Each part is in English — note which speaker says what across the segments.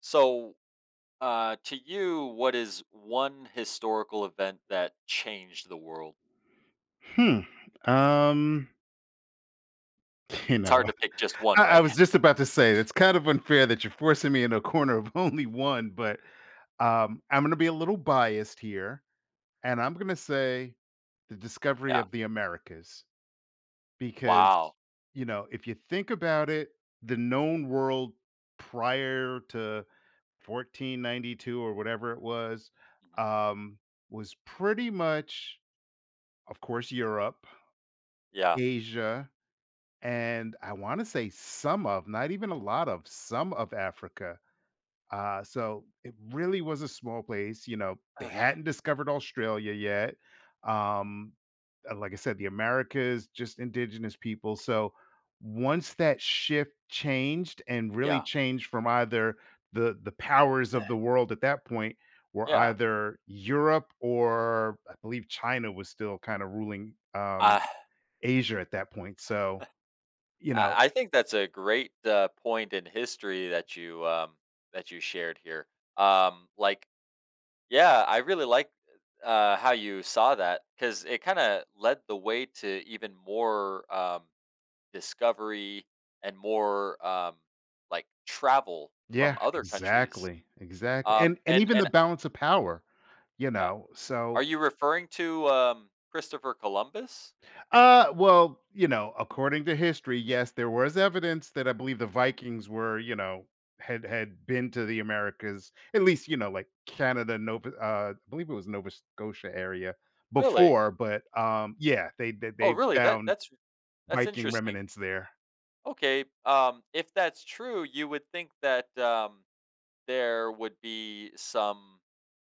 Speaker 1: So, to you, what is one historical event that changed the world?
Speaker 2: Hmm. Um, you
Speaker 1: It's
Speaker 2: know,
Speaker 1: hard to pick just one,
Speaker 2: I
Speaker 1: right?
Speaker 2: was just about to say it's kind of unfair that you're forcing me in a corner of only one, but I'm going to be a little biased here, and I'm going to say the discovery
Speaker 1: Yeah.
Speaker 2: of the Americas because
Speaker 1: Wow.
Speaker 2: you know, if you think about it, the known world prior to 1492 or whatever it was,
Speaker 1: Mhm.
Speaker 2: um, was pretty much, of course, Europe,
Speaker 1: Yeah.
Speaker 2: Asia. And I want to say some of, not even a lot of, some of Africa. So it really was a small place. You know, they hadn't discovered Australia yet.
Speaker 1: Mm.
Speaker 2: Um, like I said, the Americas, just indigenous people. So once that shift changed and really
Speaker 1: Yeah.
Speaker 2: changed from either the powers of the world at that point were
Speaker 1: Yeah.
Speaker 2: either Europe, or I believe China was still kind of ruling,
Speaker 1: I
Speaker 2: Asia at that point. So you know,
Speaker 1: I think that's a great point in history that you shared here. Um, like, yeah, I really like how you saw that because it kind of led the way to even more. Discovery and more, travel from
Speaker 2: yeah,
Speaker 1: other countries.
Speaker 2: exactly, exactly, and
Speaker 1: And
Speaker 2: even the
Speaker 1: and
Speaker 2: balance of power, you
Speaker 1: yeah.
Speaker 2: know,
Speaker 1: Are
Speaker 2: so
Speaker 1: you referring to, Christopher Columbus?
Speaker 2: well, you know, according to history, yes, there was evidence that I believe the Vikings were, you know, had had been to the Americas, at least, you know, like Canada, Nova, I believe it was Nova Scotia area
Speaker 1: Really?
Speaker 2: before, but yeah, they they,
Speaker 1: Oh,
Speaker 2: they
Speaker 1: really? That
Speaker 2: found
Speaker 1: that's that's
Speaker 2: Viking
Speaker 1: interesting.
Speaker 2: remnants there.
Speaker 1: Okay, if that's true, you would think that, there would be some,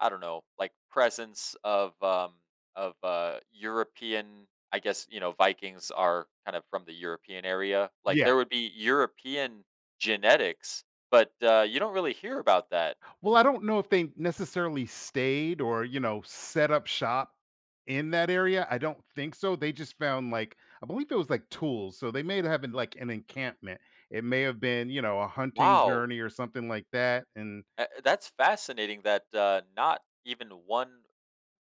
Speaker 1: I don't know, like presence of of European. I guess you know Vikings are kind of from the European area. Like
Speaker 2: Yeah.
Speaker 1: there would be European genetics, but you don't really hear about that.
Speaker 2: Well, I don't know if they necessarily stayed or, you know, set up shop in that area. I don't think so. They just found like, I believe it was like tools. So they may have been like an encampment. It may have been, you know, a hunting
Speaker 1: Wow,
Speaker 2: journey or something like that. And
Speaker 1: that's fascinating. That not even one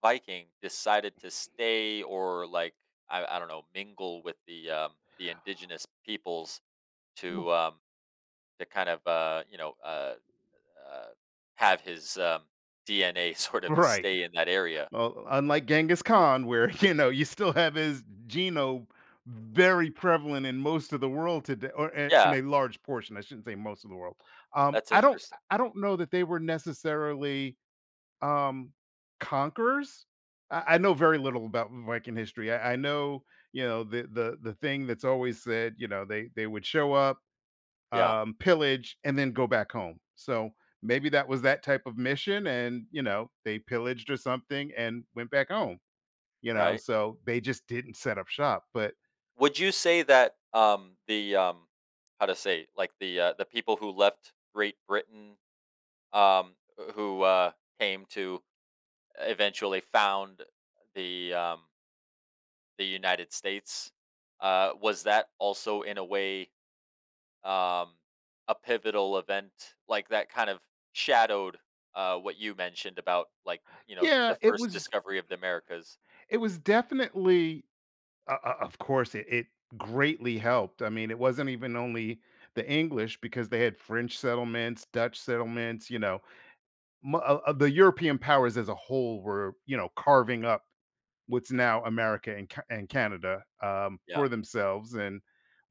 Speaker 1: Viking decided to stay or like I don't know mingle with the the indigenous peoples
Speaker 2: W-
Speaker 1: to um, to kind of Uh, have his DNA sort of
Speaker 2: right.
Speaker 1: stay in that area.
Speaker 2: Well, unlike Genghis Khan, where you know you still have his genome very prevalent in most of the world today, or in
Speaker 1: Yeah,
Speaker 2: a large portion. I shouldn't say most of the world.
Speaker 1: that's
Speaker 2: I don't,
Speaker 1: interesting.
Speaker 2: I don't know that they were necessarily um conquerors. I,
Speaker 1: Mm,
Speaker 2: I know very little about viking history. I know, you know, the thing that's always said, you know, they would show up,
Speaker 1: yeah,
Speaker 2: pillage and then go back home. So maybe that was that type of mission, and you know, they pillaged or something and went back home, you know,
Speaker 1: right.
Speaker 2: so they just didn't set up shop, but
Speaker 1: Would you say that, the, how to say, like, the people who left Great Britain, um, who, came to eventually found the, um, the United States, was that also in a way um, a pivotal event like that kind of shadowed what you mentioned about like you know the
Speaker 2: yeah, it
Speaker 1: first
Speaker 2: was,
Speaker 1: discovery of the Americas.
Speaker 2: it was definitely, of course, it greatly helped. I mean, it wasn't even only the English, because they had French settlements, Dutch settlements, you know, the European powers as a whole were, you know, carving up what's now America and, and Canada,
Speaker 1: Yeah,
Speaker 2: for themselves. And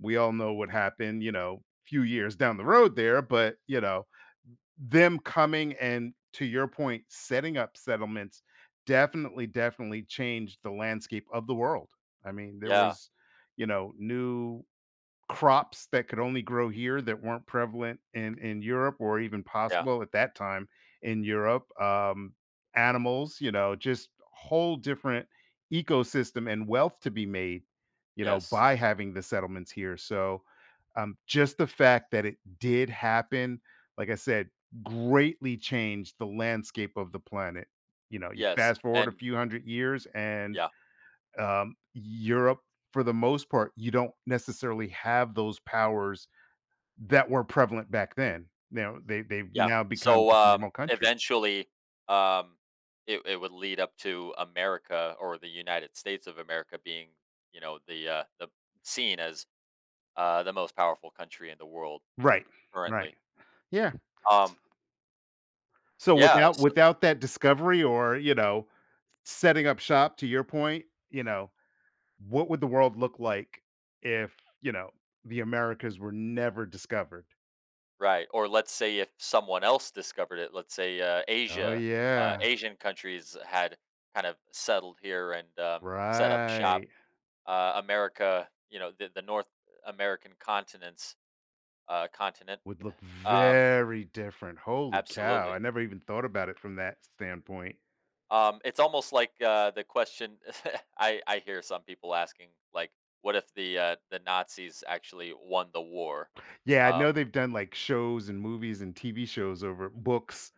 Speaker 2: we all know what happened, you know, few years down the road there, but, you know, them coming and, to your point, setting up settlements definitely, definitely changed the landscape of the world. I mean, there
Speaker 1: yeah,
Speaker 2: was, you know, new crops that could only grow here that weren't prevalent in Europe or even
Speaker 1: yeah,
Speaker 2: possible at that time in Europe, animals, you know, just whole different ecosystem and wealth to be made, you know,
Speaker 1: yes,
Speaker 2: by having the settlements here. So, just the fact that it did happen, like I said, greatly changed the landscape of the planet. You know, you
Speaker 1: yes,
Speaker 2: fast forward a
Speaker 1: and
Speaker 2: few hundred years and,
Speaker 1: yeah,
Speaker 2: Europe, for the most part, you don't necessarily have those powers that were prevalent back then. Now they've
Speaker 1: yeah.
Speaker 2: now become
Speaker 1: So
Speaker 2: just normal countries.
Speaker 1: eventually, um, it would lead up to America or the United States of America being you know the the seen as the most powerful country in the world
Speaker 2: Right, right.
Speaker 1: currently.
Speaker 2: Yeah.
Speaker 1: Um,
Speaker 2: So
Speaker 1: yeah.
Speaker 2: without, without that discovery or, you know, setting up shop to your point, you know, what would the world look like if, you know, the Americas were never discovered?
Speaker 1: Right, or let's say if someone else discovered it, let's say,
Speaker 2: Oh
Speaker 1: Asia,
Speaker 2: yeah.
Speaker 1: Asian countries had kind of settled here and, set up shop.
Speaker 2: Right.
Speaker 1: America, you know, the North American continents continent,
Speaker 2: Would look
Speaker 1: um,
Speaker 2: very different. Holy cow, I
Speaker 1: absolutely.
Speaker 2: never even thought about it from that standpoint.
Speaker 1: It's almost like, the question I hear some people asking, like, "What if the, the Nazis actually won the war?"
Speaker 2: Yeah, I know
Speaker 1: Um,
Speaker 2: they've done, like, shows and movies and TV shows over books,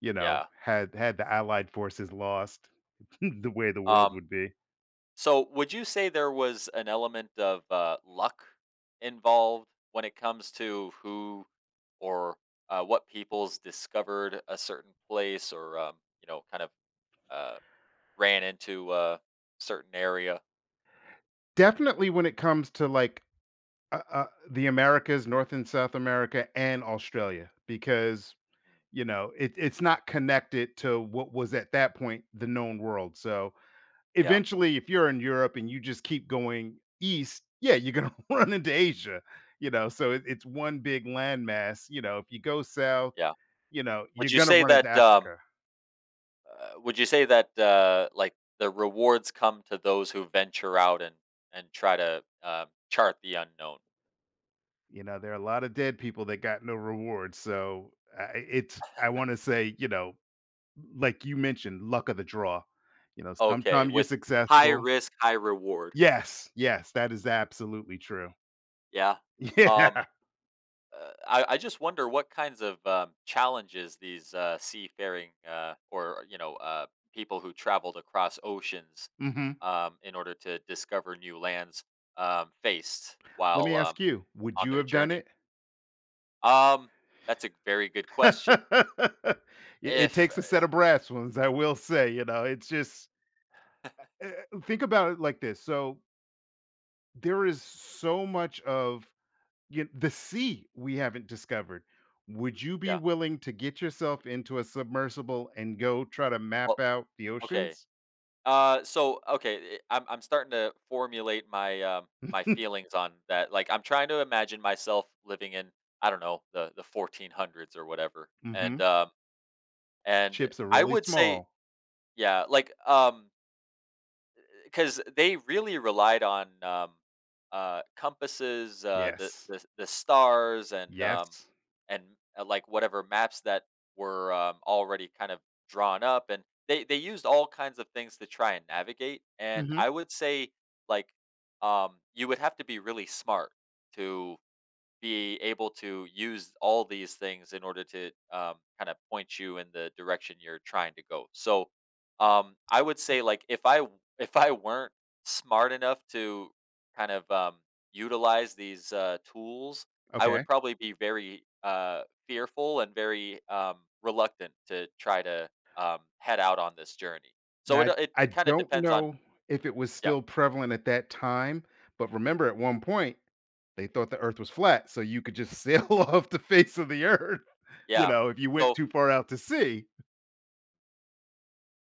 Speaker 2: you know,
Speaker 1: yeah,
Speaker 2: had had the Allied forces lost, the way the world
Speaker 1: um.
Speaker 2: would be.
Speaker 1: So, would you say there was an element of luck involved when it comes to who or what people's discovered a certain place or, you know, kind of uh, ran into a certain area?
Speaker 2: Definitely when it comes to, like, the Americas, North and South America, and Australia, because,
Speaker 1: Mm,
Speaker 2: you know, it it's not connected to what was at that point the known world, so
Speaker 1: yeah,
Speaker 2: eventually, if you're in Europe and you just keep going east, yeah, you're gonna run into Asia, you know, so it it's one big landmass, you know, if you go south,
Speaker 1: yeah.
Speaker 2: you know,
Speaker 1: Would
Speaker 2: you're
Speaker 1: you
Speaker 2: gonna
Speaker 1: say
Speaker 2: run into
Speaker 1: that?
Speaker 2: Africa.
Speaker 1: Would you say that the rewards come to those who venture out and try to chart the unknown?
Speaker 2: You know, there are a lot of dead people that got no reward, so I, it's, I wanna say, you know, like you mentioned, luck of the draw, you know,
Speaker 1: Okay,
Speaker 2: sometimes you're
Speaker 1: with high
Speaker 2: successful.
Speaker 1: risk, high reward.
Speaker 2: Yes, yes, that is absolutely true.
Speaker 1: Yeah. Um,
Speaker 2: Yeah,
Speaker 1: I just wonder what kinds of challenges these seafaring or you know people who traveled across oceans
Speaker 2: mhm.
Speaker 1: in order to discover new lands faced
Speaker 2: Let
Speaker 1: while
Speaker 2: me
Speaker 1: um,
Speaker 2: ask you, would
Speaker 1: on
Speaker 2: you
Speaker 1: their
Speaker 2: have done
Speaker 1: journey.
Speaker 2: it?
Speaker 1: Um, that's a very good question.
Speaker 2: it it
Speaker 1: If
Speaker 2: takes a set of brass ones, I will say, you know, it's just, uh, think about it like this. So there is so much of you the sea we haven't discovered. Would you be
Speaker 1: yeah,
Speaker 2: willing to get yourself into a submersible and go try to map
Speaker 1: well,
Speaker 2: out the
Speaker 1: okay.
Speaker 2: oceans?
Speaker 1: So okay, I'm starting to formulate my my feelings on that. Like I'm trying to imagine myself living in I don't know the 1400s or whatever,
Speaker 2: Hmm.
Speaker 1: and and
Speaker 2: Ships are
Speaker 1: I
Speaker 2: really
Speaker 1: would say
Speaker 2: small.
Speaker 1: yeah, like, because they really relied on, compasses, the
Speaker 2: Yes.
Speaker 1: the the stars
Speaker 2: Yes.
Speaker 1: and, like, whatever maps that were, already kind of drawn up, and they used all kinds of things to try and navigate, and
Speaker 2: Hmm.
Speaker 1: I would say, like, you would have to be really smart to be able to use all these things in order to kind of point you in the direction you're trying to go. So I would say like if if I weren't smart enough to kind of utilize these tools, I would
Speaker 2: Okay.
Speaker 1: probably be very fearful and very reluctant to try to head out on this journey. So
Speaker 2: Now,
Speaker 1: it
Speaker 2: I
Speaker 1: it
Speaker 2: I
Speaker 1: kind of
Speaker 2: don't
Speaker 1: depends on
Speaker 2: know if it was
Speaker 1: yeah
Speaker 2: still prevalent at that time, but remember at one point, they thought the earth was flat, so you could just sail off the face of the earth, you
Speaker 1: yeah.
Speaker 2: know, if you went
Speaker 1: So
Speaker 2: too far out to sea.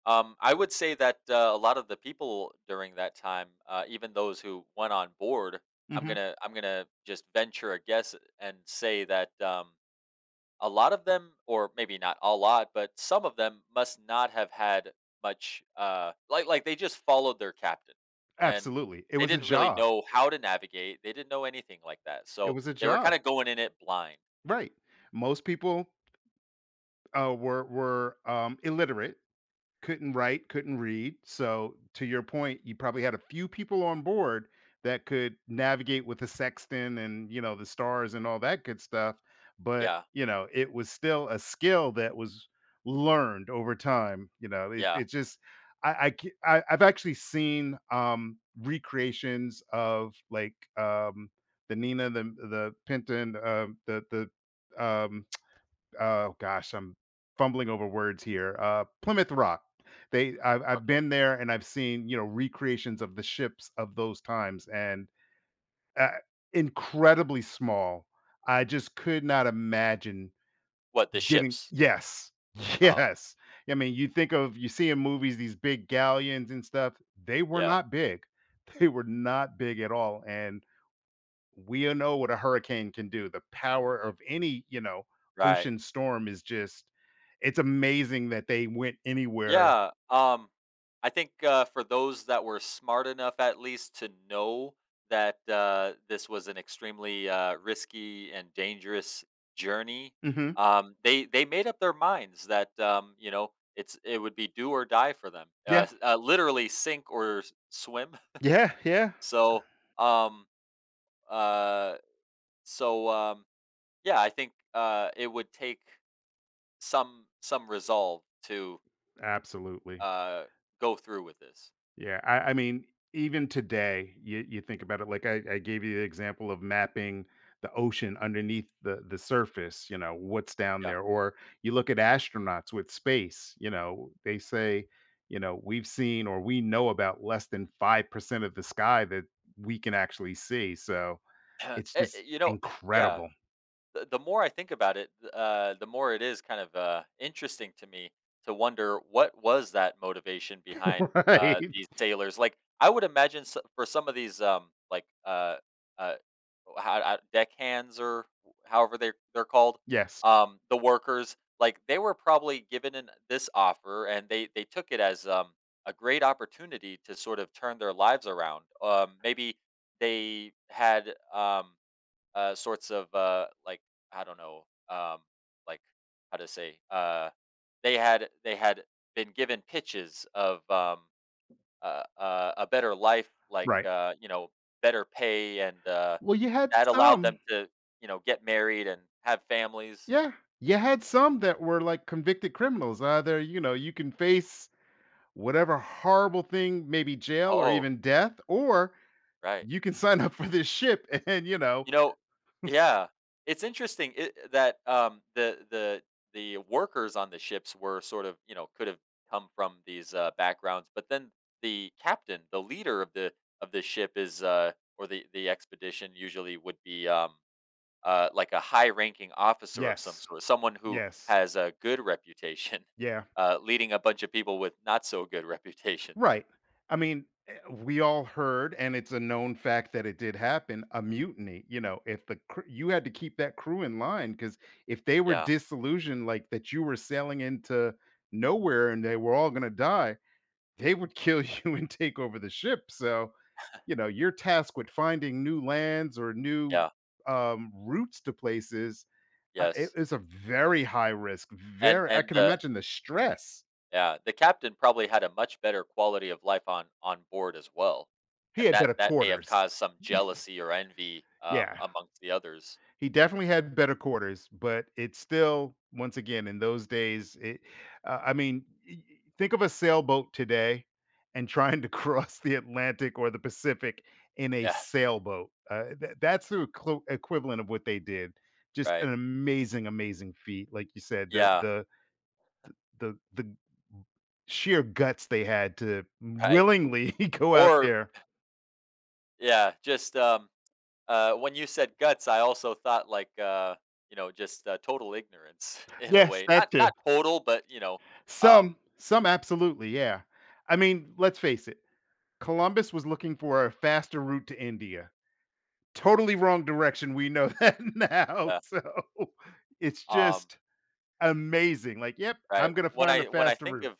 Speaker 1: I would say that a lot of the people during that time, even those who went on board, I'm
Speaker 2: Mhm.
Speaker 1: gonna I'm gonna just venture a guess and say that a lot of them, or maybe not a lot, but some of them must not have had much. Like they just followed their captain, and
Speaker 2: Absolutely. It
Speaker 1: they
Speaker 2: was a
Speaker 1: didn't really
Speaker 2: job.
Speaker 1: know how to navigate. They didn't know anything like that,
Speaker 2: It
Speaker 1: so
Speaker 2: was a
Speaker 1: they were kind
Speaker 2: job.
Speaker 1: of going in it blind.
Speaker 2: Right. Most people, were, illiterate. Couldn't write, couldn't read, so to your point, you probably had a few people on board that could navigate with the sextant and, you know, the stars and all that good stuff, but,
Speaker 1: Yeah,
Speaker 2: you know, it was still a skill that was learned over time, you know? It
Speaker 1: yeah.
Speaker 2: it just, I. I c I I've actually seen, recreations of, like, the Nina, the Pinta, and, the, um oh gosh, I'm fumbling over words here. Plymouth Rock. They,
Speaker 1: Mm,
Speaker 2: I've
Speaker 1: okay.
Speaker 2: been there and I've seen, you know, recreations of the ships of those times and, uh, incredibly small. I just could not imagine
Speaker 1: What the
Speaker 2: getting,
Speaker 1: ships?
Speaker 2: yes,
Speaker 1: Uh huh.
Speaker 2: yes. I mean, you think of, you see in movies these big galleons and stuff. They were
Speaker 1: Yeah.
Speaker 2: not big. They were not big at all, and we all know what a hurricane can do. The power of any, you know,
Speaker 1: Right.
Speaker 2: ocean storm is just, it's amazing that they went anywhere.
Speaker 1: Yeah, I think, for those that were smart enough at least to know that, this was an extremely, risky and dangerous journey,
Speaker 2: Mhm.
Speaker 1: they made up their minds that, you know, it would be do or die for them,
Speaker 2: Yeah.
Speaker 1: s literally sink or s swim.
Speaker 2: Yeah, yeah.
Speaker 1: So, um, uh, so, um, yeah, I think, it would take some resolve to,
Speaker 2: Absolutely.
Speaker 1: uh, go through with this.
Speaker 2: Yeah, I mean, even today, you think about it. Like I gave you the example of mapping the ocean underneath the surface. You know what's down
Speaker 1: Yeah.
Speaker 2: there, or you look at astronauts with space. You know they say, you know, we've seen or we know about less than 5% of the sky that we can actually see. So
Speaker 1: Eh,
Speaker 2: it's
Speaker 1: eh,
Speaker 2: just
Speaker 1: you know yeah.
Speaker 2: incredible,
Speaker 1: The more I think about it, th the more it is kind of, interesting to me to wonder what was that motivation behind,
Speaker 2: right?
Speaker 1: these sailors, like, I would imagine s for some of these, uh, how deckhands or however they they're called,
Speaker 2: Yes,
Speaker 1: the workers, like, they were probably given an this offer, and they took it as, a great opportunity to sort of turn their lives around, maybe they had, sorts of like I don't know, like how to say, uh, they had been given pitches of a better life, like
Speaker 2: right.
Speaker 1: you know, better pay, and
Speaker 2: Well, you had
Speaker 1: that allowed them
Speaker 2: some,
Speaker 1: to you know get married and have families.
Speaker 2: yeah. You had some that were like convicted criminals. Either, you know, you can face whatever horrible thing, maybe jail or
Speaker 1: Oh,
Speaker 2: even death, or
Speaker 1: right.
Speaker 2: you can sign up for this ship and, you know,
Speaker 1: You know yeah. It's interesting it that, the workers on the ships were sort of, you know, could have come from these, backgrounds, but then the captain, the leader of the ship is, or the expedition usually would be, like a high-ranking officer of some
Speaker 2: yes.
Speaker 1: sort, someone who
Speaker 2: Yes.
Speaker 1: has a good reputation,
Speaker 2: Yeah.
Speaker 1: leading a bunch of people with not so good reputations.
Speaker 2: Right. I mean, eh, we all heard, and it's a known fact that it did happen, a mutiny. You know, if the you had to keep that crew in line, because if they were
Speaker 1: Yeah.
Speaker 2: disillusioned, like that you were sailing into nowhere and they were all going to die, they
Speaker 1: Mhm.
Speaker 2: would kill you and take over the ship. So, you know, you're tasked with finding new lands or new,
Speaker 1: Yeah.
Speaker 2: routes to places. It
Speaker 1: Yes.
Speaker 2: is a very high risk. Very, I
Speaker 1: And
Speaker 2: can
Speaker 1: the.
Speaker 2: imagine the stress.
Speaker 1: Yeah, the captain probably had a much better quality of life on board as well,
Speaker 2: He
Speaker 1: and
Speaker 2: had
Speaker 1: that
Speaker 2: better
Speaker 1: that may have
Speaker 2: quarters.
Speaker 1: caused some jealousy or envy,
Speaker 2: Yeah.
Speaker 1: amongst the others.
Speaker 2: He definitely had better quarters, but it's still once again in those days. It, I mean, think of a sailboat today and trying to cross the Atlantic or the Pacific in a
Speaker 1: Yeah,
Speaker 2: sailboat. That's the equivalent of what they did. Just
Speaker 1: right.
Speaker 2: an amazing, amazing feat, like you said. The
Speaker 1: Yeah,
Speaker 2: the the the sheer guts they had to
Speaker 1: right.
Speaker 2: willingly go out
Speaker 1: Or
Speaker 2: there.
Speaker 1: yeah, just, when you said guts, I also thought like, you know, just, total ignorance in a
Speaker 2: Yes,
Speaker 1: way.
Speaker 2: that
Speaker 1: Not
Speaker 2: too.
Speaker 1: not total, but, you know, um,
Speaker 2: Some absolutely, yeah. I mean, let's face it. Columbus was looking for a faster route to India. Totally wrong direction. We know that now.
Speaker 1: yeah,
Speaker 2: So it's
Speaker 1: um,
Speaker 2: just amazing. Like, yep,
Speaker 1: right.
Speaker 2: I'm going to find a
Speaker 1: When I
Speaker 2: faster
Speaker 1: think
Speaker 2: route.
Speaker 1: of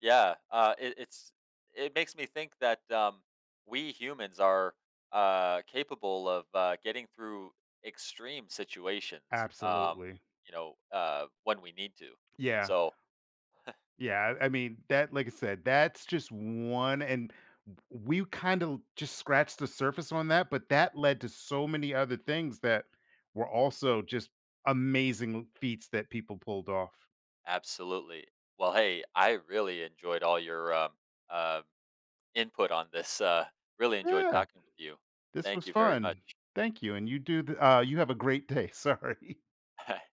Speaker 1: yeah, it, it's it makes me think that we humans are capable of getting through extreme situations.
Speaker 2: Absolutely.
Speaker 1: You know, when we need to.
Speaker 2: Yeah.
Speaker 1: So
Speaker 2: Yeah. I mean, that, like I said, that's just one. And we kind of just scratched the surface on that, but that led to so many other things that were also just amazing feats that people pulled off.
Speaker 1: absolutely. Well, hey, I really enjoyed all your uh, input on this. Really enjoyed
Speaker 2: Yeah.
Speaker 1: talking with you.
Speaker 2: This
Speaker 1: Thank
Speaker 2: was
Speaker 1: you very much.
Speaker 2: fun. Thank you, and you do the you have a great day. Sorry.